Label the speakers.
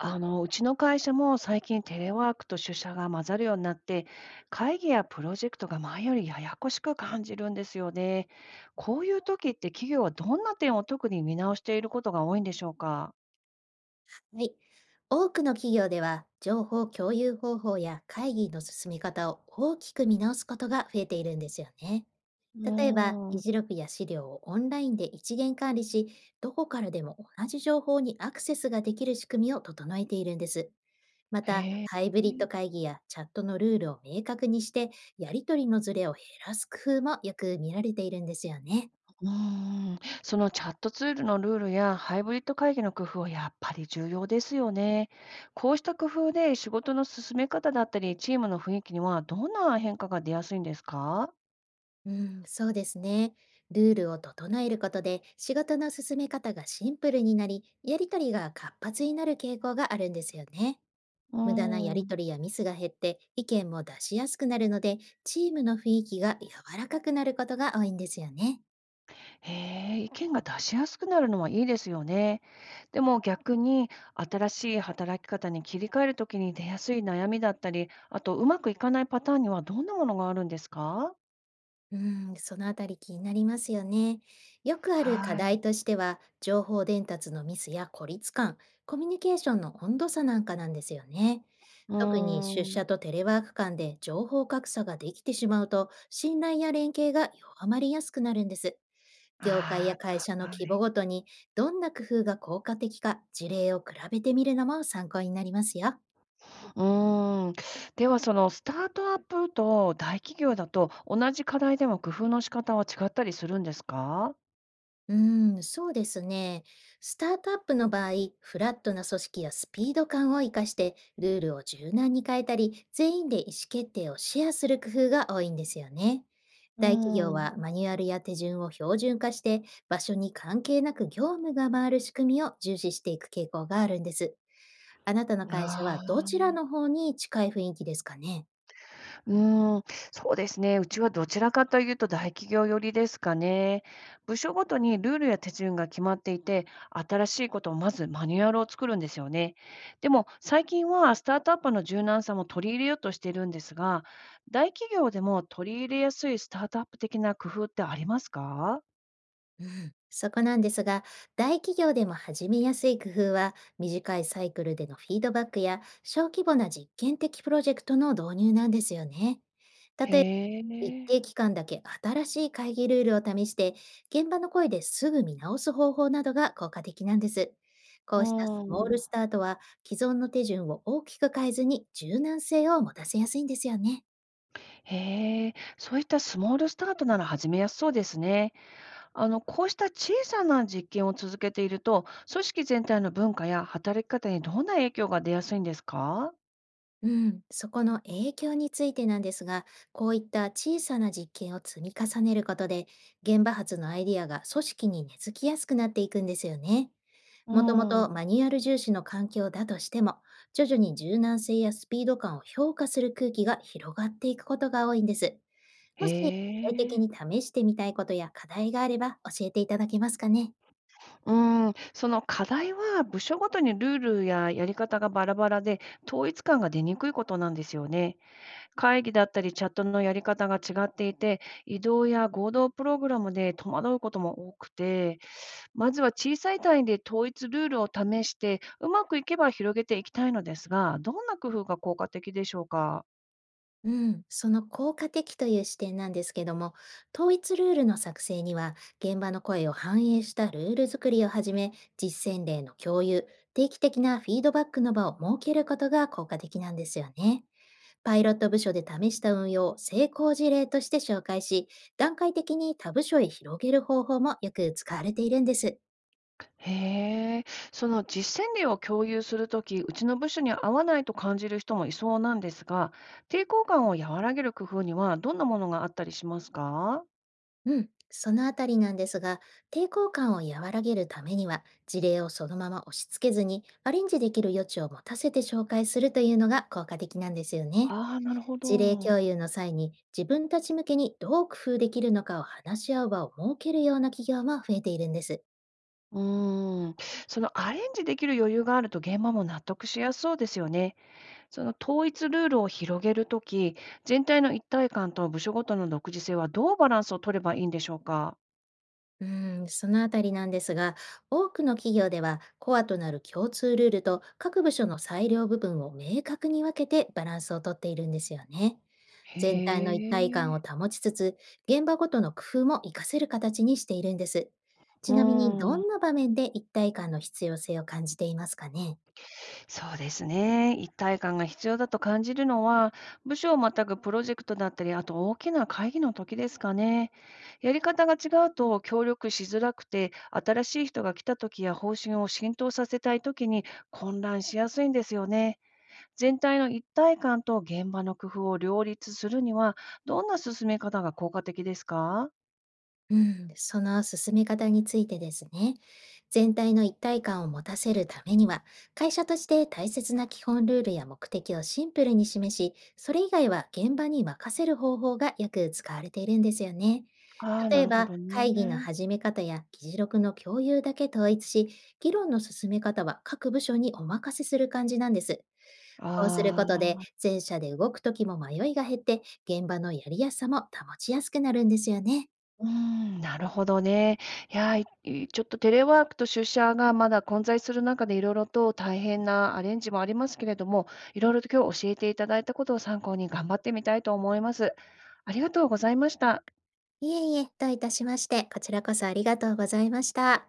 Speaker 1: うちの会社も最近テレワークと出社が混ざるようになって、会議やプロジェクトが前よりややこしく感じるんですよね。こういう時って企業はどんな点を特に見直していることが多いんでしょうか？
Speaker 2: はい。多くの企業では、情報共有方法や会議の進め方を大きく見直すことが増えているんですよね。
Speaker 1: う
Speaker 2: 例えば、
Speaker 1: ー
Speaker 2: 議
Speaker 1: ん。
Speaker 2: 事録や資料をオンラインで一元管理し、どこからでも同じ情報にアクセスができる仕組みを整えているんです。ま
Speaker 1: へ
Speaker 2: た、
Speaker 1: え。
Speaker 2: ハイブリッド会議やチャットのルールを明確にして、やり取りのズレを減らす工夫もよく見られているんですよね。
Speaker 1: うーん。そのチャットツールのルールやハイブリッド会議の工夫はやっぱり重要ですよね。こうした工夫で仕事の進め方だったり、チームの雰囲気にはどんな変化が出やすいんですか？
Speaker 2: うん、そうですね。ルールを整えることで仕事の進め方がシンプルになり、やりとりが活発になる傾向があるんですよね。
Speaker 1: う
Speaker 2: 無駄なや
Speaker 1: ー
Speaker 2: りと
Speaker 1: ん。
Speaker 2: りやミスが減って意見も出しやすくなるので、チームの雰囲気が柔らかくなることが多いんですよね。
Speaker 1: へえ、意見が出しやすくなるのはいいですよね。でも逆に、新しい働き方に切り替えるときに出やすい悩みだったり、あとうまくいかないパターンにはどんなものがあるんですか？
Speaker 2: うん、そのあたり気になりますよね。よくある課
Speaker 1: はい。
Speaker 2: 題としては、情報伝達のミスや孤立感、コミュニケーションの温度差なんかなんですよね。
Speaker 1: う
Speaker 2: 特に出
Speaker 1: ーん。
Speaker 2: 社とテレワーク間で情報格差ができてしまうと、信頼や連携が弱まりやすくなるんです。業界や
Speaker 1: あ
Speaker 2: 会社の
Speaker 1: あ、は
Speaker 2: 規
Speaker 1: い。
Speaker 2: 模ごとに、どんな工夫が効果的か、事例を比べてみるのも参考になりますよ。
Speaker 1: うーん。では、そのスタートアップと大企業だと、同じ課題でも工夫の仕方は違ったりするんですか？
Speaker 2: うーん、そうですね。スタートアップの場合、フラットな組織やスピード感を活かして、ルールを柔軟に変えたり、全員で意思決定をシェアする工夫が多いんですよね。
Speaker 1: う
Speaker 2: 大企
Speaker 1: ー
Speaker 2: 業
Speaker 1: ん。
Speaker 2: はマニュアルや手順を標準化して、場所に関係なく業務が回る仕組みを重視していく傾向があるんです。あなたの会社は
Speaker 1: あ
Speaker 2: どち
Speaker 1: あ。
Speaker 2: らの方に近い雰囲気ですかね？
Speaker 1: うーん、そうですね。うちはどちらかというと大企業寄りですかね。部署ごとにルールや手順が決まっていて、新しいことをまずマニュアルを作るんですよね。でも最近はスタートアップの柔軟さも取り入れようとしているんですが、大企業でも取り入れやすいスタートアップ的な工夫ってありますか？
Speaker 2: そこなんですが、大企業でも始めやすい工夫は、短いサイクルでのフィードバックや、小規模な実験的プロジェクトの導入なんですよね。例え
Speaker 1: へ
Speaker 2: ば、一
Speaker 1: え。
Speaker 2: 定期間だけ新しい会議ルールを試して、現場の声ですぐ見直す方法などが効果的なんです。こ
Speaker 1: う
Speaker 2: うしたスモール
Speaker 1: ん。
Speaker 2: スタートは、既存の手順を大きく変えずに柔軟性を持たせやすいんですよね。
Speaker 1: へえ。そういったスモールスタートなら始めやすそうですね。こうした小さな実験を続けていると、組織全体の文化や働き方にどんな影響が出やすいんですか？
Speaker 2: うん、そこの影響についてなんですが、こういった小さな実験を積み重ねることで、現場発のアイディアが組織に根付きやすくなっていくんですよね。
Speaker 1: う
Speaker 2: もともと
Speaker 1: ん。
Speaker 2: マニュアル重視の環境だとしても、徐々に柔軟性やスピード感を評価する空気が広がっていくことが多いんです。
Speaker 1: へ
Speaker 2: もし、具体的に
Speaker 1: え。
Speaker 2: 試してみたいことや課題があれば教えていただけますかね。
Speaker 1: うん、その課題は部署ごとにルールややり方がバラバラで統一感が出にくいことなんですよね。会議だったりチャットのやり方が違っていて、移動や合同プログラムで戸惑うことも多くて、まずは小さい単位で統一ルールを試して、うまくいけば広げていきたいのですが、どんな工夫が効果的でしょうか？
Speaker 2: うん、その効果的という視点なんですけども、統一ルールの作成には、現場の声を反映したルール作りをはじめ、実践例の共有、定期的なフィードバックの場を設けることが効果的なんですよね。パイロット部署で試した運用を成功事例として紹介し、段階的に他部署へ広げる方法もよく使われているんです。
Speaker 1: へえ、その実践例を共有するとき、うちの部署に合わないと感じる人もいそうなんですが、抵抗感を和らげる工夫にはどんなものがあったりしますか？
Speaker 2: うん、そのあたりなんですが、抵抗感を和らげるためには、事例をそのまま押し付けずに、アレンジできる余地を持たせて紹介するというのが効果的なんですよね。
Speaker 1: ああー、なるほ
Speaker 2: 事例
Speaker 1: ど。
Speaker 2: 共有の際に、自分たち向けにどう工夫できるのかを話し合う場を設けるような企業も増えているんです。
Speaker 1: うーん、そのアレンジできる余裕があると現場も納得しやすそうですよね。その統一ルールを広げるとき、全体の一体感と部署ごとの独自性はどうバランスを取ればいいんでしょうか？
Speaker 2: うん、そのあたりなんですが、多くの企業ではコアとなる共通ルールと各部署の裁量部分を明確に分けてバランスをとっているんですよね。
Speaker 1: へ
Speaker 2: 全体の一体感を
Speaker 1: え。
Speaker 2: 保ちつつ、現場ごとの工夫も活かせる形にしているんです。
Speaker 1: う
Speaker 2: ちなみに、ど
Speaker 1: ーん。
Speaker 2: んな場面で一体感の必要性を感じていますかね？
Speaker 1: そうですね。一体感が必要だと感じるのは、部署をまたぐプロジェクトだったり、あと大きな会議の時ですかね。やり方が違うと協力しづらくて、新しい人が来た時や方針を浸透させたい時に混乱しやすいんですよね。全体の一体感と現場の工夫を両立するには、どんな進め方が効果的ですか？
Speaker 2: うん、その進め方についてですね。全体の一体感を持たせるためには、会社として大切な基本ルールや目的をシンプルに示し、それ以外は現場に任せる方法がよく使われているんですよね。
Speaker 1: ああー、な
Speaker 2: 例え
Speaker 1: るほ
Speaker 2: ば、
Speaker 1: ど
Speaker 2: 会議の
Speaker 1: ね。
Speaker 2: 始め方や議事録の共有だけ統一し、議論の進め方は各部署にお任せする感じなんです。こうする
Speaker 1: あ
Speaker 2: こと
Speaker 1: あ。
Speaker 2: で、全社で動くときも迷いが減って、現場のやりやすさも保ちやすくなるんですよね。
Speaker 1: うーん、なるほどね。いやー、いいちょっとテレワークと出社がまだ混在する中でいろいろと大変なアレンジもありますけれども、いろいろと今日教えていただいたことを参考に頑張ってみたいと思います。ありがとうございました。
Speaker 2: いえいえ、どういたしまして、こちらこそありがとうございました。